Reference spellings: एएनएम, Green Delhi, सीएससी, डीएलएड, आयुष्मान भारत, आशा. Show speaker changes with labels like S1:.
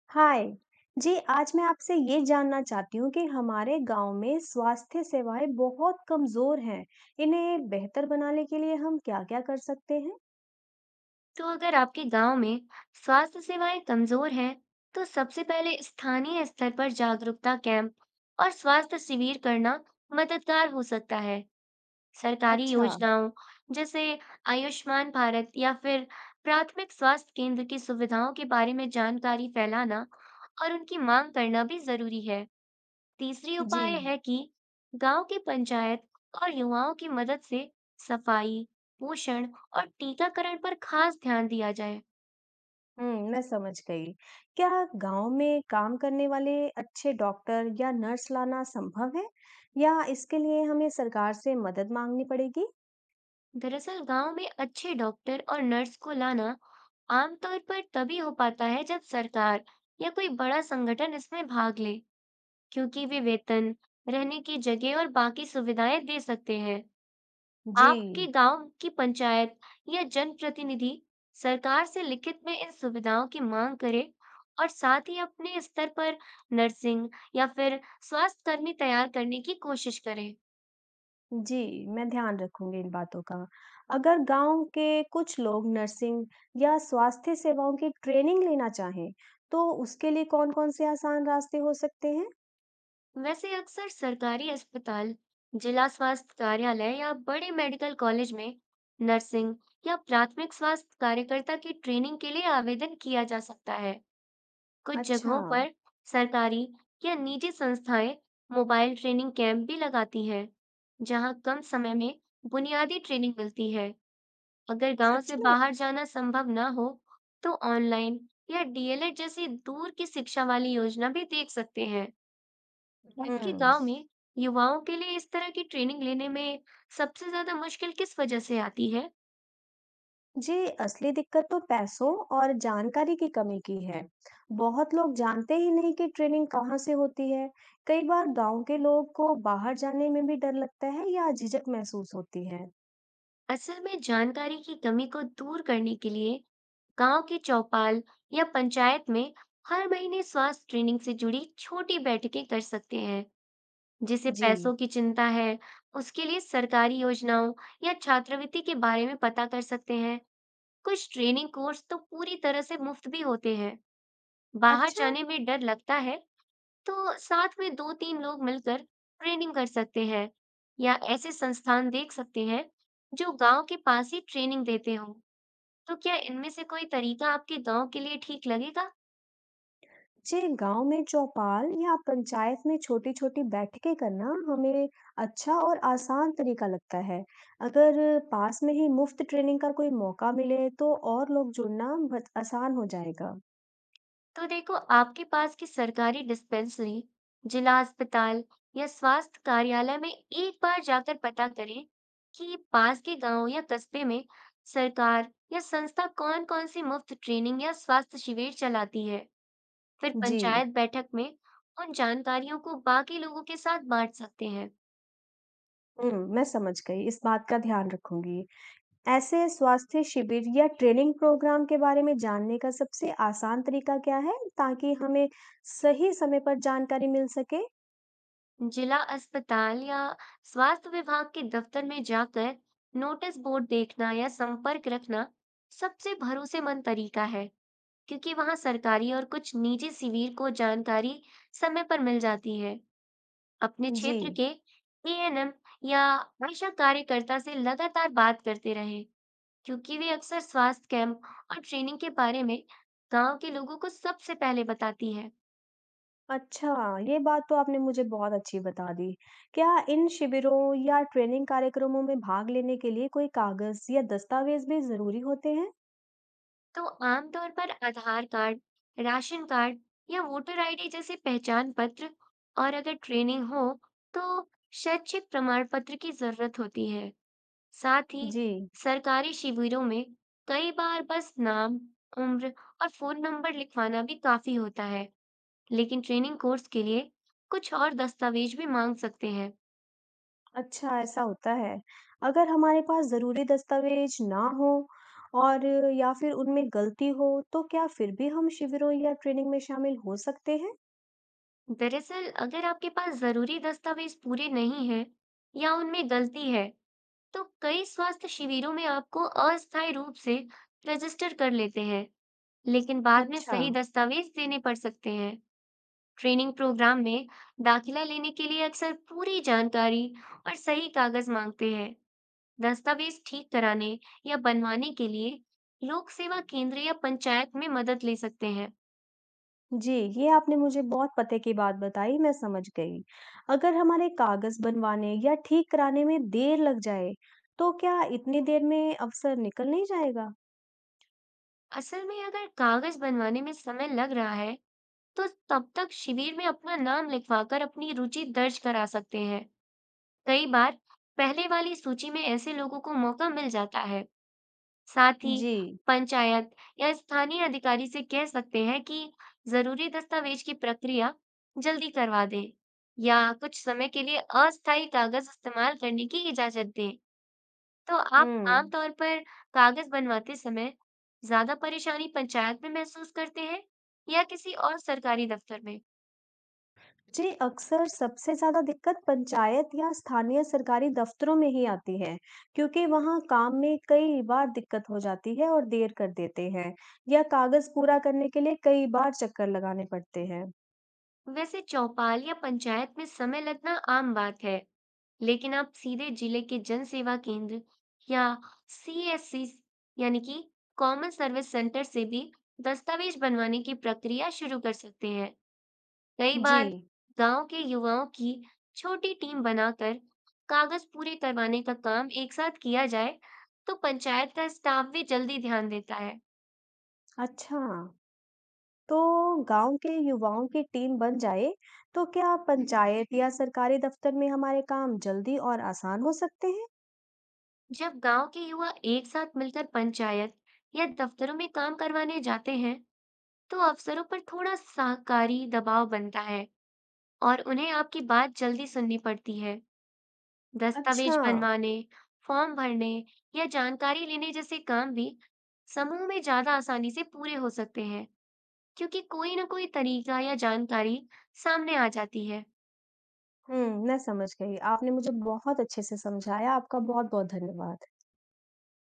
S1: हाय जी, आज मैं आपसे ये जानना चाहती हूँ कि हमारे गांव में स्वास्थ्य सेवाएं बहुत कमजोर हैं। इन्हें बेहतर बनाने के लिए हम क्या-क्या कर सकते हैं?
S2: तो अगर आपके गांव में स्वास्थ्य सेवाएं कमजोर हैं, तो सबसे पहले स्थानीय स्तर पर जागरूकता कैंप और स्वास्थ्य शिविर करना मददगार हो सकता है। सरकारी
S1: अच्छा।
S2: योजनाओं जैसे आयुष्मान भारत या फिर प्राथमिक स्वास्थ्य केंद्र की सुविधाओं के बारे में जानकारी फैलाना और उनकी मांग करना भी जरूरी है। तीसरी
S1: जी।
S2: उपाय है कि गांव की पंचायत और युवाओं की मदद से सफाई, पोषण और टीकाकरण पर खास ध्यान दिया जाए।
S1: मैं समझ गई। क्या गांव में काम करने वाले अच्छे डॉक्टर या नर्स लाना संभव है? या इसके लिए हमें सरकार से मदद मांगनी पड़ेगी?
S2: दरअसल गांव में अच्छे डॉक्टर और नर्स को लाना आमतौर पर तभी हो पाता है जब सरकार या कोई बड़ा संगठन इसमें भाग ले, क्योंकि वे वेतन, रहने की जगह और बाकी सुविधाएं दे सकते हैं। आपके
S1: जी।
S2: गांव की पंचायत या जनप्रतिनिधि सरकार से लिखित में इन सुविधाओं की मांग करे और साथ ही अपने स्तर पर नर्सिंग या फिर स्वास्थ्य कर्मी तैयार करने की कोशिश करें।
S1: जी, मैं ध्यान रखूँगी इन बातों का। अगर गाँव के कुछ लोग नर्सिंग या स्वास्थ्य सेवाओं की ट्रेनिंग लेना चाहें, तो उसके लिए कौन-कौन से आसान रास्ते हो सकते हैं?
S2: वैसे अक्सर सरकारी अस्पताल, जिला स्वास्थ्य कार्यालय या बड़े मेडिकल कॉलेज में नर्सिंग या प्राथमिक स्वास्थ्य कार्यकर्ता की ट्रेनिंग के लिए आवेदन किया जा सकता है। कुछ
S1: अच्छा।
S2: जगहों पर सरकारी या निजी संस्थाएं मोबाइल ट्रेनिंग कैंप भी लगाती हैं, जहां कम समय में बुनियादी ट्रेनिंग मिलती है। अगर गांव
S1: सच
S2: से
S1: में?
S2: बाहर जाना संभव ना हो, तो ऑनलाइन या डीएलएड जैसी दूर की शिक्षा वाली योजना भी देख सकते हैं। आपके
S1: हुँ।
S2: गांव में युवाओं के लिए इस तरह की ट्रेनिंग लेने में सबसे ज्यादा मुश्किल किस वजह से आती है?
S1: जी, असली दिक्कत तो पैसों और जानकारी की कमी की है। बहुत लोग जानते ही नहीं कि ट्रेनिंग कहाँ से होती है। कई बार गाँव के लोग को बाहर जाने में भी डर लगता है या झिझक महसूस होती है।
S2: असल में जानकारी की कमी को दूर करने के लिए गांव के चौपाल या पंचायत में हर महीने स्वास्थ्य ट्रेनिंग से जुड़ी छोटी बैठकें कर सकते हैं। जिसे
S1: जी।
S2: पैसों की चिंता है, उसके लिए सरकारी योजनाओं या छात्रवृत्ति के बारे में पता कर सकते हैं। कुछ ट्रेनिंग कोर्स तो पूरी तरह से मुफ्त भी होते हैं। बाहर
S1: अच्छा।
S2: जाने में डर लगता है, तो साथ में दो तीन लोग मिलकर ट्रेनिंग कर सकते हैं या ऐसे संस्थान देख सकते हैं जो गांव के पास ही ट्रेनिंग देते हों। तो क्या इनमें से कोई तरीका आपके गांव के लिए ठीक लगेगा?
S1: जी, गांव में चौपाल या पंचायत में छोटी-छोटी बैठकें करना हमें अच्छा और आसान तरीका लगता है। अगर पास में ही मुफ्त ट्रेनिंग का कोई मौका मिले, तो और लोग जुड़ना बहुत आसान हो जाएगा।
S2: तो देखो, आपके पास की सरकारी डिस्पेंसरी, जिला अस्पताल या स्वास्थ्य कार्यालय में एक बार जाकर पता करें कि पास के गांव या कस्बे में सरकार या संस्था कौन कौन सी मुफ्त ट्रेनिंग या स्वास्थ्य शिविर चलाती है। फिर
S1: जी।
S2: पंचायत बैठक में उन जानकारियों को बाकी लोगों के साथ बांट सकते हैं।
S1: हुँ, मैं समझ गई, इस बात का ध्यान रखूंगी। ऐसे स्वास्थ्य शिविर या ट्रेनिंग प्रोग्राम के बारे में जानने का सबसे आसान तरीका क्या है, ताकि हमें सही समय पर जानकारी मिल सके?
S2: जिला अस्पताल या स्वास्थ्य विभाग के दफ्तर में जाकर नोटिस बोर्ड देखना या संपर्क रखना सबसे भरोसेमंद तरीका है, क्योंकि वहां सरकारी और कुछ निजी शिविर को जानकारी समय पर मिल जाती है। अपने
S1: जी।
S2: क्षेत्र के एएनएम या आशा कार्यकर्ता से लगातार बात करते रहें, क्योंकि वे अक्सर स्वास्थ्य कैंप और ट्रेनिंग के बारे में गांव के लोगों को सबसे पहले बताती है।
S1: अच्छा, ये बात तो आपने मुझे बहुत अच्छी बता दी। क्या इन शिविरों या ट्रेनिंग कार्यक्रमों में भाग लेने के लिए कोई कागज़ या दस्तावेज़ भी ज़रूरी होते हैं?
S2: तो आमतौर पर आधार कार्ड, राशन कार्ड या वोटर आईडी जैसे पहचान पत्र, और अगर ट्रेनिंग हो तो शैक्षिक प्रमाण पत्र की जरूरत होती है। साथ ही
S1: जी।
S2: सरकारी शिविरों में कई बार बस नाम, उम्र और फोन नंबर लिखवाना भी काफी होता है। लेकिन ट्रेनिंग कोर्स के लिए कुछ और दस्तावेज भी मांग सकते हैं।
S1: अच्छा, ऐसा होता है। अगर हमारे पास ज़रूरी दस्तावेज ना हो और या फिर उनमें गलती हो, तो क्या फिर भी हम शिविरों या ट्रेनिंग में शामिल हो सकते हैं?
S2: दरअसल अगर आपके पास जरूरी दस्तावेज पूरे नहीं हैं या उनमें गलती है, तो कई स्वास्थ्य शिविरों में आपको अस्थायी रूप से रजिस्टर कर लेते हैं, लेकिन बाद में
S1: अच्छा।
S2: सही दस्तावेज देने पड़ सकते हैं। ट्रेनिंग प्रोग्राम में दाखिला लेने के लिए अक्सर पूरी जानकारी और सही कागज मांगते हैं। दस्तावेज ठीक कराने या बनवाने के लिए लोक सेवा केंद्र या पंचायत में मदद ले सकते हैं।
S1: जी, ये आपने मुझे बहुत पते की बात बताई, मैं समझ गई। अगर हमारे कागज़ बनवाने या ठीक कराने में देर लग जाए, तो क्या इतनी देर में अवसर निकल नहीं जाएगा?
S2: असल में अगर कागज बनवाने में समय लग रहा है, तो तब तक शिविर में अपना नाम लिखवाकर अपनी रुचि दर्ज करा सकते हैं। कई बार पहले वाली सूची में ऐसे लोगों को मौका मिल जाता है। साथ ही
S1: जी।
S2: पंचायत या स्थानीय अधिकारी से कह सकते हैं कि जरूरी दस्तावेज की प्रक्रिया जल्दी करवा दें या कुछ समय के लिए अस्थायी कागज इस्तेमाल करने की इजाजत दें। तो आप
S1: हुँ।
S2: आमतौर पर कागज बनवाते समय ज्यादा परेशानी पंचायत में महसूस करते हैं या किसी और सरकारी दफ्तर में?
S1: जी, अक्सर सबसे ज़्यादा दिक्कत पंचायत या स्थानीय सरकारी दफ़्तरों में ही आती है, क्योंकि वहाँ काम में कई बार दिक्कत हो जाती है और देर कर देते हैं, या कागज़ पूरा करने के लिए कई बार चक्कर लगाने पड़ते हैं।
S2: वैसे चौपाल या पंचायत में समय लगना आम बात है, लेकिन आप सीधे जिले के जन सेवा केंद्र या सीएससी यानी कि कॉमन सर्विस सेंटर से भी दस्तावेज बनवाने की प्रक्रिया शुरू कर सकते हैं। कई
S1: जी।
S2: बार गांव के युवाओं की छोटी टीम बनाकर कागज पूरे करवाने का काम एक साथ किया जाए, तो पंचायत का स्टाफ भी जल्दी ध्यान देता है।
S1: अच्छा। तो गांव के युवाओं की टीम बन जाए तो क्या पंचायत या सरकारी दफ्तर में हमारे काम जल्दी और आसान हो सकते हैं?
S2: जब गांव के युवा एक साथ मिलकर पंचायत या दफ्तरों में काम करवाने जाते हैं, तो अफसरों पर थोड़ा शाकाहारी दबाव बनता है और उन्हें आपकी बात जल्दी सुननी पड़ती है।
S1: अच्छा।
S2: दस्तावेज बनवाने, फॉर्म भरने या जानकारी लेने जैसे काम भी समूह में ज्यादा आसानी से पूरे हो सकते हैं, क्योंकि कोई ना कोई तरीका या जानकारी सामने आ जाती है।
S1: हम्म, मैं समझ गई। आपने मुझे बहुत अच्छे से समझाया। आपका बहुत बहुत धन्यवाद।